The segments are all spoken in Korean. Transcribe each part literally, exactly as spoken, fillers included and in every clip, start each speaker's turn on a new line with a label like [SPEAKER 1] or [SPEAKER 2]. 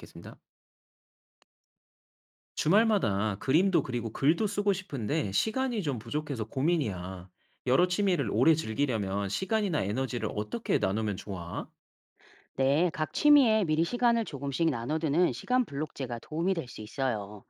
[SPEAKER 1] 겠습니다 주말마다 그림도 그리고 글도 쓰고 싶은데 시간이 좀 부족해서 고민이야. 여러 취미를 오래 즐기려면 시간이나 에너지를 어떻게 나누면 좋아?
[SPEAKER 2] 네, 각 취미에 미리 시간을 조금씩 나눠두는 시간 블록제가 도움이 될 수 있어요.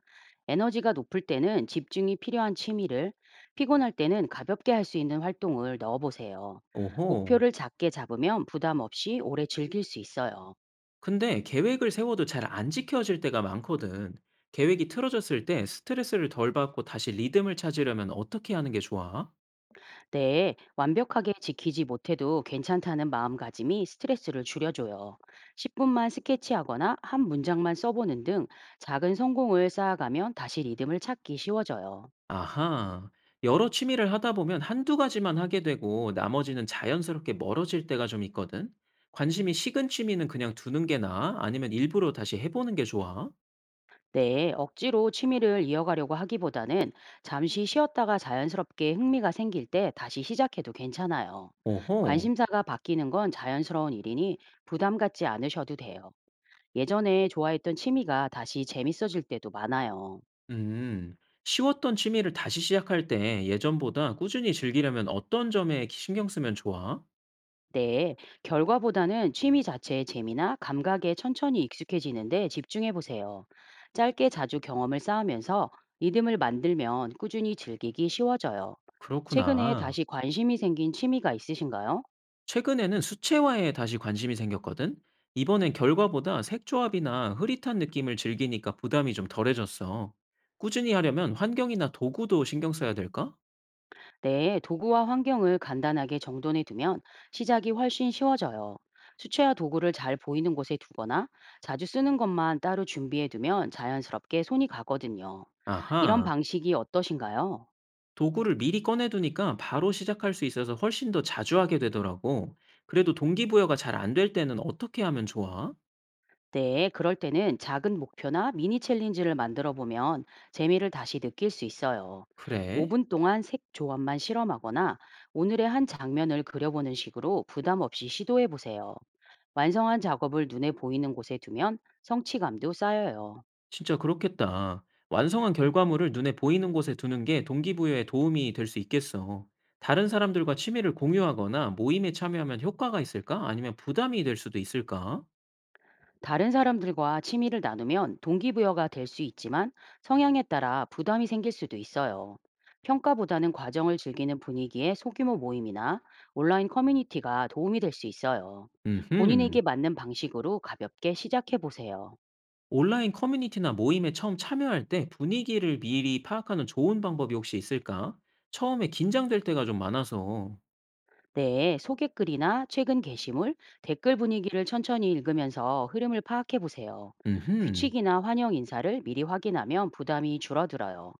[SPEAKER 2] 에너지가 높을 때는 집중이 필요한 취미를, 피곤할 때는 가볍게 할 수 있는 활동을 넣어보세요.
[SPEAKER 1] 오호.
[SPEAKER 2] 목표를 작게 잡으면 부담 없이 오래 즐길 수 있어요.
[SPEAKER 1] 근데 계획을 세워도 잘 안 지켜질 때가 많거든. 계획이 틀어졌을 때 스트레스를 덜 받고 다시 리듬을 찾으려면 어떻게 하는 게 좋아?
[SPEAKER 2] 네, 완벽하게 지키지 못해도 괜찮다는 마음가짐이 스트레스를 줄여줘요. 십 분만 스케치하거나 한 문장만 써보는 등 작은 성공을 쌓아가면 다시 리듬을 찾기 쉬워져요.
[SPEAKER 1] 아하. 여러 취미를 하다 보면 한두 가지만 하게 되고 나머지는 자연스럽게 멀어질 때가 좀 있거든. 관심이 식은 취미는 그냥 두는 게 나아? 아니면 일부러 다시 해 보는 게 좋아?
[SPEAKER 2] 네, 억지로 취미를 이어가려고 하기보다는 잠시 쉬었다가 자연스럽게 흥미가 생길 때 다시 시작해도 괜찮아요.
[SPEAKER 1] 오호.
[SPEAKER 2] 관심사가 바뀌는 건 자연스러운 일이니 부담 갖지 않으셔도 돼요. 예전에 좋아했던 취미가 다시 재밌어질 때도 많아요.
[SPEAKER 1] 음. 쉬웠던 취미를 다시 시작할 때 예전보다 꾸준히 즐기려면 어떤 점에 신경 쓰면 좋아?
[SPEAKER 2] 네, 결과보다는 취미 자체의 재미나 감각에 천천히 익숙해지는데 집중해 보세요. 짧게 자주 경험을 쌓으면서 리듬을 만들면 꾸준히 즐기기 쉬워져요. 최근에
[SPEAKER 1] 그렇구나.
[SPEAKER 2] 다시 관심이 생긴 취미가 있으신가요?
[SPEAKER 1] 최근에는 수채화에 다시 관심이 생겼거든? 이번엔 결과보다 색조합이나 흐릿한 느낌을 즐기니까 부담이 좀 덜해졌어. 꾸준히 하려면 환경이나 도구도 신경 써야 될까?
[SPEAKER 2] 네, 도구와 환경을 간단하게 정돈해 두면 시작이 훨씬 쉬워져요. 수채화 도구를 잘 보이는 곳에 두거나 자주 쓰는 것만 따로 준비해 두면 자연스럽게 손이 가거든요. 이런
[SPEAKER 1] 아하,
[SPEAKER 2] 방식이 어떠신가요?
[SPEAKER 1] 도구를 미리 꺼내두니까 바로 시작할 수 있어서 훨씬 더 자주 하게 되더라고. 그래도 동기부여가 잘 안 될 때는 어떻게 하면 좋아?
[SPEAKER 2] 네, 그럴 때는 작은 목표나 미니 챌린지를 만들어 보면 재미를 다시 느낄 수 있어요.
[SPEAKER 1] 그래?
[SPEAKER 2] 오 분 동안 색 조합만 실험하거나 오늘의 한 장면을 그려보는 식으로 부담 없이 시도해 보세요. 완성한 작업을 눈에 보이는 곳에 두면 성취감도 쌓여요.
[SPEAKER 1] 진짜 그렇겠다. 완성한 결과물을 눈에 보이는 곳에 두는 게 동기부여에 도움이 될 수 있겠어. 다른 사람들과 취미를 공유하거나 모임에 참여하면 효과가 있을까? 아니면 부담이 될 수도 있을까?
[SPEAKER 2] 다른 사람들과 취미를 나누면 동기부여가 될 수 있지만 성향에 따라 부담이 생길 수도 있어요. 평가보다는 과정을 즐기는 분위기의 소규모 모임이나 온라인 커뮤니티가 도움이 될 수 있어요.
[SPEAKER 1] 음흠.
[SPEAKER 2] 본인에게 맞는 방식으로 가볍게 시작해 보세요.
[SPEAKER 1] 온라인 커뮤니티나 모임에 처음 참여할 때 분위기를 미리 파악하는 좋은 방법이 혹시 있을까? 처음에 긴장될 때가 좀 많아서.
[SPEAKER 2] 네, 소개글이나 최근 게시물, 댓글 분위기를 천천히 읽으면서 흐름을 파악해 보세요.
[SPEAKER 1] 음흠.
[SPEAKER 2] 규칙이나 환영 인사를 미리 확인하면 부담이 줄어들어요.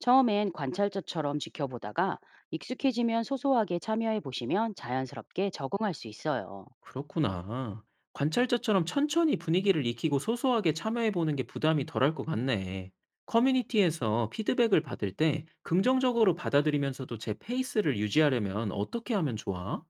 [SPEAKER 2] 처음엔 관찰자처럼 지켜보다가 익숙해지면 소소하게 참여해 보시면 자연스럽게 적응할 수 있어요.
[SPEAKER 1] 그렇구나. 관찰자처럼 천천히 분위기를 익히고 소소하게 참여해보는 게 부담이 덜할 것 같네. 커뮤니티에서 피드백을 받을 때 긍정적으로 받아들이면서도 제 페이스를 유지하려면 어떻게 하면 좋아?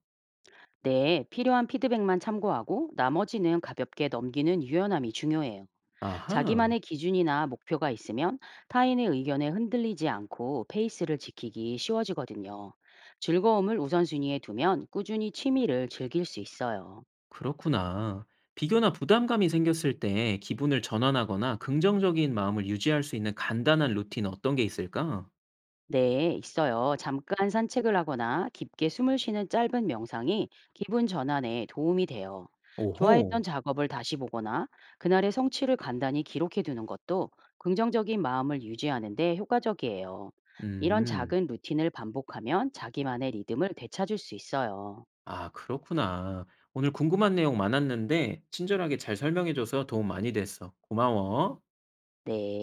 [SPEAKER 2] 네, 필요한 피드백만 참고하고 나머지는 가볍게 넘기는 유연함이 중요해요.
[SPEAKER 1] 아하,
[SPEAKER 2] 자기만의 기준이나 목표가 있으면 타인의 의견에 흔들리지 않고 페이스를 지키기 쉬워지거든요. 즐거움을 우선순위에 두면 꾸준히 취미를 즐길 수 있어요.
[SPEAKER 1] 그렇구나. 비교나 부담감이 생겼을 때 기분을 전환하거나 긍정적인 마음을 유지할 수 있는 간단한 루틴 어떤 게 있을까?
[SPEAKER 2] 네, 있어요. 잠깐 산책을 하거나 깊게 숨을 쉬는 짧은 명상이 기분 전환에 도움이 돼요. 좋아했던
[SPEAKER 1] 오호,
[SPEAKER 2] 작업을 다시 보거나 그날의 성취를 간단히 기록해 두는 것도 긍정적인 마음을 유지하는 데 효과적이에요. 이런
[SPEAKER 1] 음.
[SPEAKER 2] 작은 루틴을 반복하면 자기만의 리듬을 되찾을 수 있어요.
[SPEAKER 1] 아 그렇구나. 오늘 궁금한 내용 많았는데 친절하게 잘 설명해 줘서 도움 많이 됐어. 고마워.
[SPEAKER 2] 네.